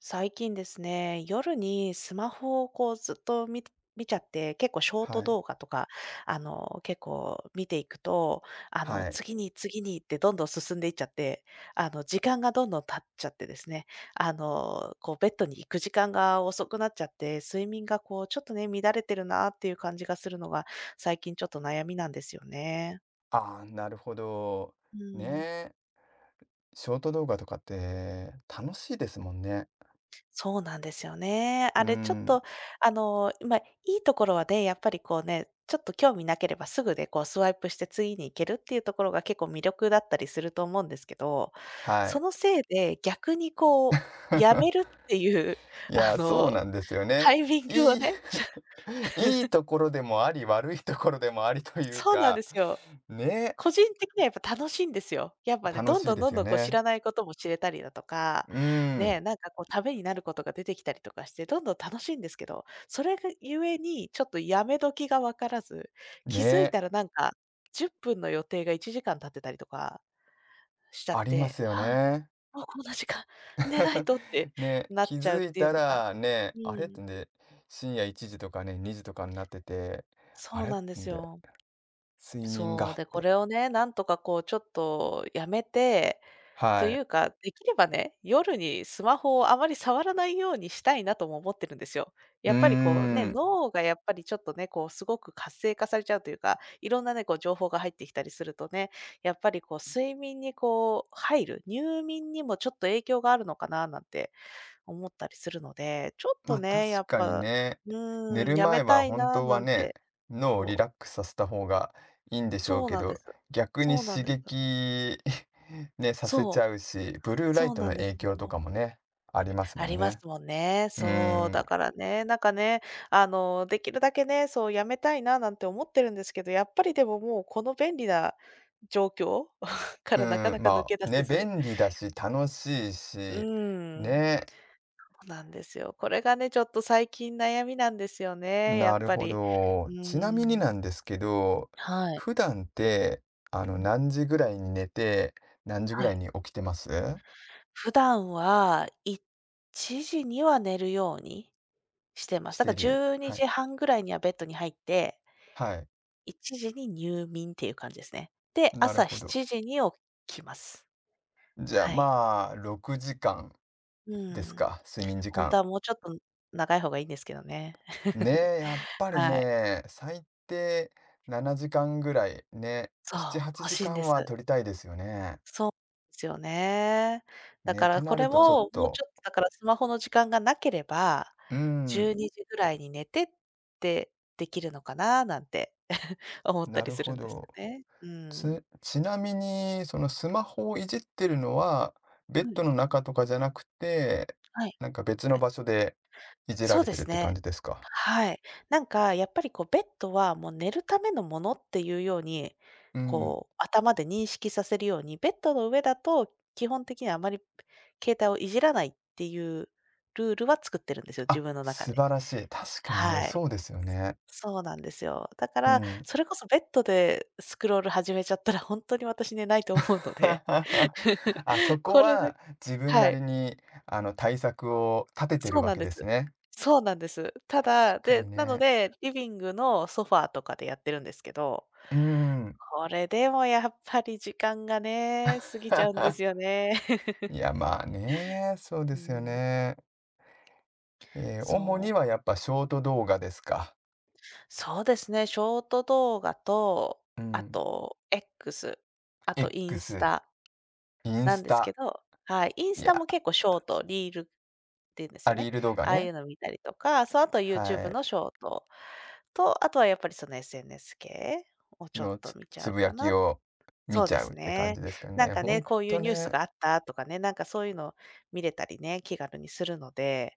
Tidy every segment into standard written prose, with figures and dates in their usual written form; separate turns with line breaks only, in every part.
最近ですね、夜にスマホをこうずっと見ちゃって、結構ショート
はい。
動画とか、結構見ていくと、
はい。
次に次にってどんどん進んでいっちゃって、時間がどんどん経っちゃってですね、こうベッドに行く時間が遅くなっちゃって、睡眠がこうちょっとね、乱れてるなっていう感じがするのが、最近ちょっと悩みなんですよね。
ああ、なるほど。
う
ね
ん。
え。ショート動画とかって楽しいですもんね。
そうなんですよね。
う
あ
ー
れちょっ
ん、
と、まあ、いいところはね、やっぱりこうね、ちょっと興味なければすぐでこうスワイプして次に行けるっていうところが結構魅力だったりすると思うんですけど、
は
そ
い。
のせいで逆にこう、やめるっ ていう、
い
あ
や、そう
の、
なんですよ
タ
ね。
イミングを
いい
ね、
いいところでもあり、悪いところでもありという
そうなんで
か、
すよ。
ね
個人的にはやっぱ楽しいんですよ。やっ
え、
ぱね、
楽
どん
しい
どん
で
ど
す
ん
よ
どんこう知
ね。
らないことも知れたりだとか、
うーん、
ね、なんかこうためになることが出てきたりとかして、どんどん楽しいんですけど、それがゆえにちょっとやめ時が分からず、
ね
気づい
え、
たらなんか10分の予定が1時間経ってたりとかしちゃっ
ありま
て、
すよ
あ、
ね。
もうこんな時間、寝ない とって
ねえ、
なっ
気
ちゃうっ
づい
ていう
た
のが、
らね、
う
あれっ
ん、
てんで、深夜1時とかね、2時とかになってて、あ
そう
れっ
なんで
てん
す
で
よ。
睡眠
そ
が
う、
っ
で、こ
て。
れをね、なんとかこうちょっとやめて、と
は
い
い。
うか、できればね、夜にスマホをあまり触らないようにしたいなとも思ってるんですよ。
うー
やっぱりこうね、
ん。
脳がやっぱりちょっとね、こうすごく活性化されちゃうというか、いろんなね、こう情報が入ってきたりするとね、やっぱりこう睡眠にこう入る、入眠にもちょっと影響があるのかななんて思ったりするので、ちょっ
ま、
と
あ確
ね、やっ
かに
ぱ、
ね、
う
寝る
やめ
前
た
は
い
本
な
当
な
は
ん
ね、
て、
脳をリ
そう、
ラックスさせた方がいいんでしょう
そう
け
なんで
ど、
す。
逆に
そうなん
刺
です。
激 ね、させち
そ
ゃ
う、
うし、ブルーライ
そう
ト
な
の
んです
影響と
よ。
かもね、あります
あ
もん
ります
ね。
もんね。
う
そう、
ーん。
だからね、なんかね、できるだけね、そうやめたいななんて思ってるんですけど、やっぱりでももうこの便利な状況 か
う
らなか
ー
な
ん、
か抜
ま
け出
あ、
せ
ね、
ず。
便利だし、楽しい
う
し、
ん、そ
ね、
うなんですよ。これがね、ちょっと最近悩みなんですよね、や
な
っ
る
ぱ
ほ
り。
ど。
う
ちなみにな
ん。
んですけど、
はい。
普段って、
うん。
何時ぐらいに寝て、何時ぐ
は
らい
い。
に起きてます
普段は1時には寝るようにしてま
し
す。だか
て
ら
る。
12
はい。
時半ぐらいにはベッドに入って
はい。
1時に入眠っていう感じですね。で、
なる
朝
ほど。
7時に起きます。
じゃあ、
はい。
まあ、6時間
う
です
ん。
か、睡眠時
ほんと
間。
はもうちょっと長い方がいいんですけどね。
ね え、やっぱり
はい。
ね、最低7時間ぐらい、ね、
そう、
7、8
欲しい
時
ん
間
です。
は取りたいですよね。
そうですよね。だ
ね、っ
か
て
ら
な
こ
る
れ
とちょっ
も、もうち
と、
ょっとだからスマホの時間がなければ、
う
12
ん、
時ぐらいに寝てってできるのかななんて思った
な
り
る
する
ほ
んです
ど。
よね。うん。
ちなみに、そのスマホをいじってるのは、ベ
は
ッ
い。
ドの中とかじゃなくて、
はい。
なんか別の場所でいじら
そう
れ
で
てるっ
す
て感
ね。
じですか？
はい。なんかやっぱりこうベッドはもう寝るためのものっていうように、
うん。
こう頭で認識させるように、ベッドの上だと基本的にはあまり携帯をいじらないっていうルールは作ってるんですよ、
あ、
自分の中
素
で。
晴らしい。確かにね、
はい。
そうですよね。
そうなんですよ。だか
う
ら、
ん。
それこそベッドでスクロール始めちゃったら、本当に私寝ないと思うの で。
あ、そこ
これで
は自分
は
な
い。
りに、対策を立ててる
そう
わ
なん
け
で
です
す。
ね。
そうなんです。た
確
だ、
か
で、
に
なの
ね。
で、リビングのソファーとかでやってるんですけど、
うーん。
これでもやっぱり時間がね、過ぎちゃうんですよ ね。
いや、まあね、そうで
う
すよ
ん。
ね。主に
そ
は
う。
やっぱショート動画ですか？
そうですね、ショート動画と、
う
あ
ん。
と X、あとインス
X、
タ
イン
なん
ス
ですけ
タ、
ど、はい、イン
い
スタ
や、
も結構ショート、リールっていうんです
あ、
よ
リ
ね。
ール動画
ああい
ね。
うの見たりとか、そう、あとユー
は
チューブ
い。
のショートと、あとはやっぱりその SNS 系をちょっ
の
と
つ
見ちゃ
つ
う
ぶや
か
き
な。
を見
そう
ち
で
ゃう
す
って感じ
ね。
ですか
なん
ね。
か
ほ
ね、
ん
こういう
と
ニュース
ね、
があったとかね、なんかそういうの見れたりね、気軽にするので、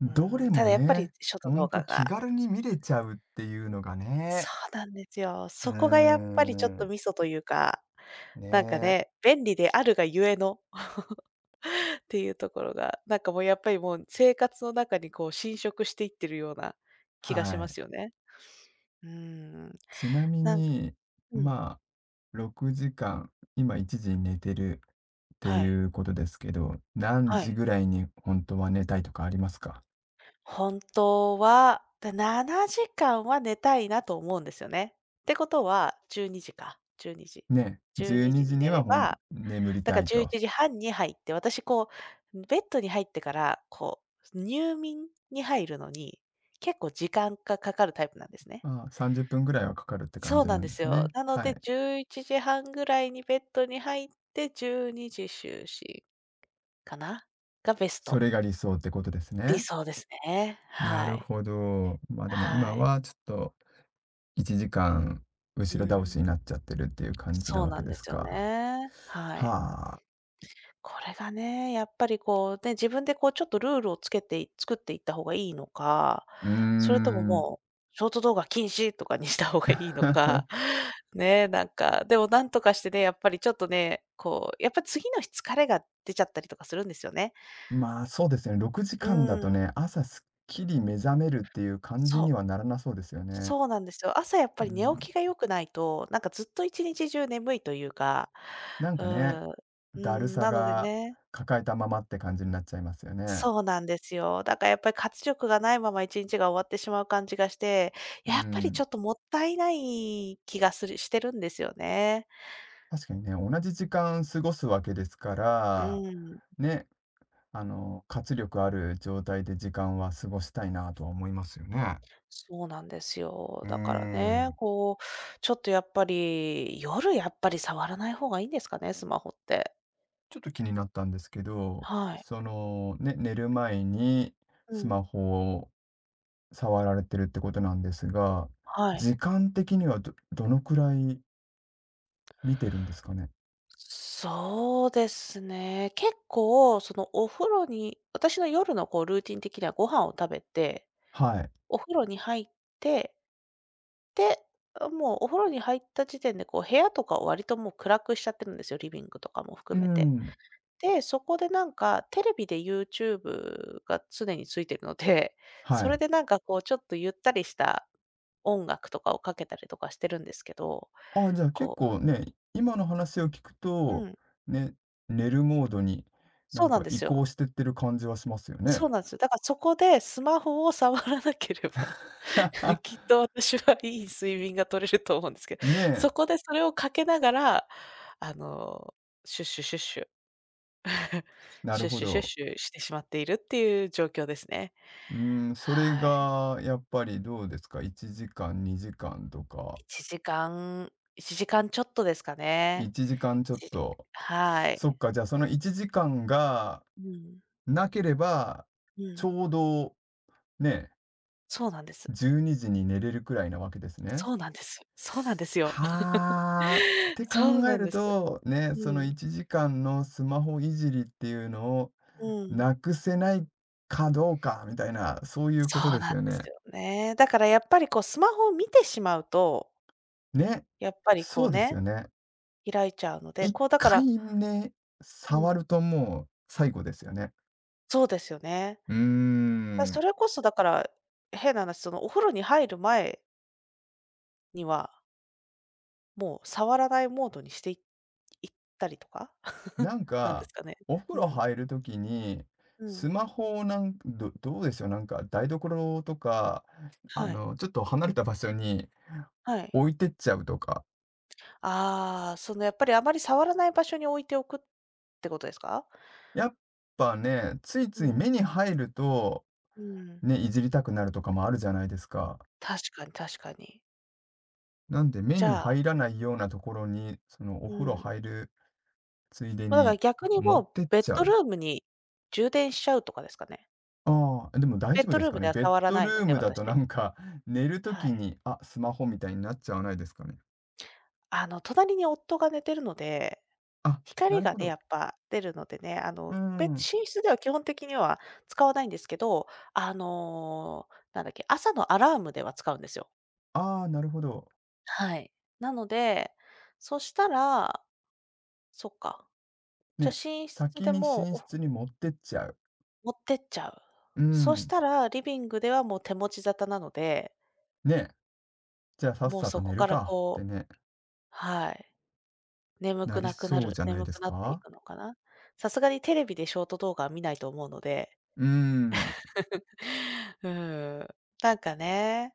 ど
う
れ
ん、た
も
だやっぱり
ね、
ショート
ほん
動
と
画
気
が
軽に見れちゃうっていうのがね。
そうなんですよ。
うー
そこがやっぱりちょっと
ん、
ミソというか、なんか
ね。
ね、便利であるがゆえのっていうところが、なんかもうやっぱりもう生活の中にこう侵食していってるような気がし
は
ま
い。
すよね。うーん。
ちなみ
なんか
に、
うん、
まあ、6時間、今1時に寝てるって
はい、
いうことですけど、何
は
時
い。
ぐらいにほんとは寝たいとかありますか？
本当は、7時間は寝たいなと思うんですよね。ってことは、12時か、12時。
ね、
12
12
時
時
に
にじに
寝
は
れ
ほん
ば、
眠り
だ
た
から
い
11
と。
時半に入って、私こう、ベッドに入ってから、こう、入眠に入るのに、結構時間がかかるタイプなんですね。
ああ、30分ぐらいはかかるって感
そう
じ
な
な
ん
ん
で
で
す
すね。
よ。なの
は
で
い。
11時半ぐらいにベッドに入って、12時就寝かな、がベス
そ
ト、
れが理想ってことです
理
ね。
想ですね。
な
は
る
い。
ほど。まあ、でも
は
今
い。
はちょっと1時間後ろ
う
倒し
ん。
になっちゃってるっていう感じな
そう
わ
な
け
ん
で
で
す
すよ
か。
ね。はい。
はあ、
これがね、やっぱりこう、ね、自分でこうちょっとルールをつけてい作っていった方がいいのか、
うー
それとも
ん。
もう、ショート動画禁止とかにした方がいいのか、ね、なんか、でもなんとかしてね、やっぱりちょっとね、こう、やっぱ次の日疲れが出ちゃったりとかするんですよね。
まあ、そうですね、6
う
時間だと
ん、
ね、朝すっきり目覚めるっていう感じ
そう、
にはならなそうですよね。
そうなんですよ。朝やっ
う
ぱり寝
ん。
起きが良くないと、なんかずっと一日中眠いというか、
なん
う
かね、
ん、う
だる
ん、
さ
なので
が
ね
抱えたままって感じになっちゃいますよね。
そうなんですよ。だからやっぱり活力がないまま1日が終わってしまう感じがして、
う
やっぱりち
ん。
ょっともったいない気がするしてるんですよね。
確かにね、同じ時間過ごすわけですか
う
ら、
ん、
ね、活力ある状態で時間は過ごしたいなとは思いますよね。
そうなんですよ。
う
だからね、
ん。
こう、ちょっとやっぱり、夜やっぱり触らない方がいいんですかね、スマホって。
ちょっと気になったんですけど、
はい。
その、ね、寝る前に
う
ス
ん。
マホを触られてるってことなんですが、
はい。
時間的にはどのくらい見てるんですかね。
そうですね。結構そのお風呂に私の夜のこうルーティン的にはご飯を食べて、
はい。
お風呂に入ってで、もうお風呂に入った時点で、こう部屋とかを割ともう暗くしちゃってるんですよ、リビングとかも
う
含めて。
ん。
で、そこでなんか、テレビで YouTube が常についてるので、
は
それ
い。
でなんかこうちょっとゆったりした音楽とかをかけたりとかしてるんですけど、
あ、じゃあ結
こう
構ね、今の話を聞く
う
と、
ん、
ね、寝るモードにな
そう
ん
なん
か
で
移
す
行
よ。
してってる感じはしますよね。
そうなんですよ。だからそこでスマホを触らなければ、きっ と私はいい睡眠が取れると思うんですけど、
ね
そ
え、
こでそれをかけながら、あの、シュッシュシュッシュ
なる
シュッ
ほ
シュシュッ
ど。
シュしてしまっているっていう状況ですね。
うん、それ
はい。
がやっぱりどうですか1時間、2時間とか、
1時間、1時間ちじかんちょっとですかね。
1時間ちょっ
いちじ
と。
は
そっ
い。
か、じゃあその1時間が
うん、
なければ、
う
ち
ん。
ょうどね、
そうなんです。
12時にじに寝れるくらいなわけですね。
そうなんです。そうなんですよ。
はあ、って
そう
考え
なん
る
です。
と、ね、
う
その
ん、
1時間のスマホいじりっていうのを
うん。
なくせないかどうかみたいな、そういう
そ
こと
う
で
な
す
ん
よ
です
ね。
よね。だからやっぱりこうスマホを見てしまうと、
ね、
やっぱり
そ
こ
う
う
ですよ
ね、
ね。
開いちゃうので、
1
こうだか
回
ら
ね、
う
触る
ん、
ともう最後ですよね。
そうですよね。
うー
そ
ん。
れこそだから、変な話、そのお風呂に入る前にはもう触らないモードにしていいったりとか
なん
なんです
か、
かね。
お風
う
呂
ん。
入る時に、
う
ス
ん。
マホをなんどどうでしょう、なんか台所とか、
はい。
ちょっと離れた場所に
はい。
置いてっちゃうとか。
ああ、そのやっぱりあまり触らない場所に置いておくってことですか？
やっぱね、つい
う
つい目
ん。
に入ると、
うん。
ね、いじりたくなるとかもあるじゃないですか。
確かに確かに。
なんで目
じ
に
ゃあ
入らないようなところに、そのお
う
風呂
ん。
入るついで
だから
に
逆に
持
も
っ
う
てっ
ベッ
ちゃ
ド
う。
ルームに充電しちゃうとかですかね。
ああ、でも大
ベッ
丈夫
ド
です
ルーム
か
で
ね。
は
ベッ
触ら
ド
な
ル
いの
ー
で、
ムだとな
私。
んか 寝ると
は
き
い。
に、あ、スマホみたいになっちゃわないですかね。
あの隣に夫が寝てるので
あ、な
光
る
が
ほ
ね、
ど。
やっぱ出るのでね、
うー
寝
ん。
室では基本的には使わないんですけど、あの、なんだっけ、朝のアラームでは使うんですよ。
ああ、なるほど。
はい。なので、そしたら、そっか、じゃ、
ね、
寝室
先
で
に寝
もお
室に持ってっちゃう。
持ってっちゃう。
うー
そし
ん。
たらリビングではもう手持ち沙汰なので、
ね、じゃあさっ
もう
さ
そ
と
こ
寝る
から
かっ
こ
て
う
ね、
はい、
なりそうじゃない
眠
で
く
す
なってい
か。
くのかな。さすがにテレビでショート動画は見ないと思うので
うーん。
うん。なんかね、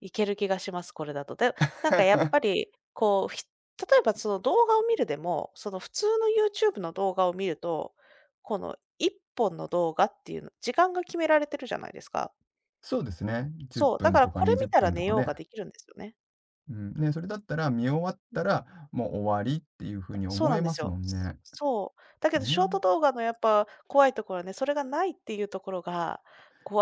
いける気がします、これだと。で、なんかやっぱ り、こう、ひ例えばその動画を見るでも、その普通の YouTube の動画を見ると、この1本の動画っていうの時間が決められてるじゃないですか。
そうですね。10
そう、だ
分
から
とか
これ
20
見たら
分と
寝
か
よう
ね。
ができるんですよね。
うん。ね、それだったら見終わったら、もう終わりっていう風に
そう
思
な
え
んで
ま
す
す
よ。
もん
そ
ね。
そう。だけどショート
も
動画のやっぱ怖いところはね、それがないっていうところが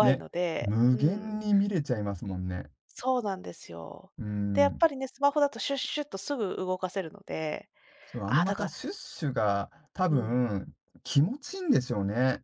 う、
い
ね、
ので、
無
うん。
限に見れちゃいますもんね。
そうなんですよ。
う
で、やっ
ん。
ぱりね、スマホだとシュッシュッとすぐ動かせるので、
そう、あ
あ
の
あ、
ま
だか
た
ら
シュッシュが多
うん、
分気持ちいいんでしょうね。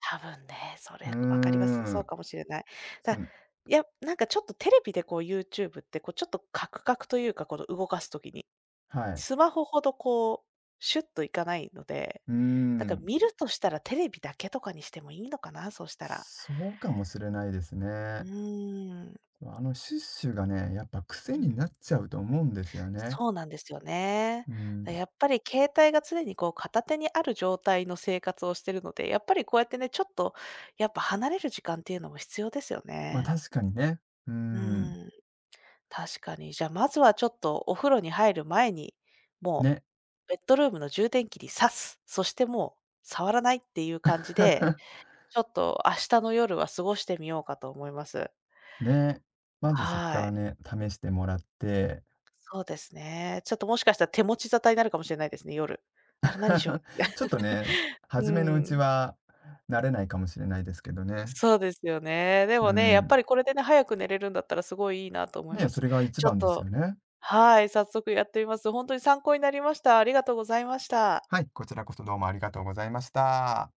多分ね、そ
う
れ分かります。
ー
そう
ん。
かもしれない。だ
そう、
いや、なんかちょっとテレビでこう YouTube ってこうちょっとカクカクというか、この動かす時に、
はい。
スマホほどこうシュッといかないので、
うー
だから
ん。
見るとしたらテレビだけとかにしてもいいのかな、そうしたら。
そうかもしれないです
う
ね。
ーん、
あのシュッシュがね、やっぱ癖
う
に
ん。
なっちゃうと思うんですよね。
そうなんですよね。
う
だ、
ん。
やっぱり携帯が常にこう片手にある状態の生活をしてるので、やっぱりこうやってね、ちょっとやっぱ離れる時間っていうのも必要ですよ
ま、あ
ね。
確かにね。うー
う
ん。
ん、確かに。じゃ、まずはちょっとお風呂に入る前に、も
ね。
うベッドルームの充電器に挿す、そしてもう触らないっていう感じで、ちょっと明日の夜は過ごしてみようかと思います。
ね。まずそっか
は
ら
い。
ね、試してもらって、
そうですね。ちょっともしかしたら手持ち沙汰になるかもしれないですね、夜。あれ何しよ う。
ちょっとね、
う
初めのうち
ん、
は慣れないかもしれないですけどね。
そうですよね。で
うー
もね、やっぱ
ん。
りこれでね、早く寝れるんだったらすごいいいなと思い
ね、
ま
そ
す。
れが一
ちょっ
番ですよ
と
ね。
はい、早速やってみます。本当に参考になりました。ありがとうございました。
はい、こちらこそどうもありがとうございました。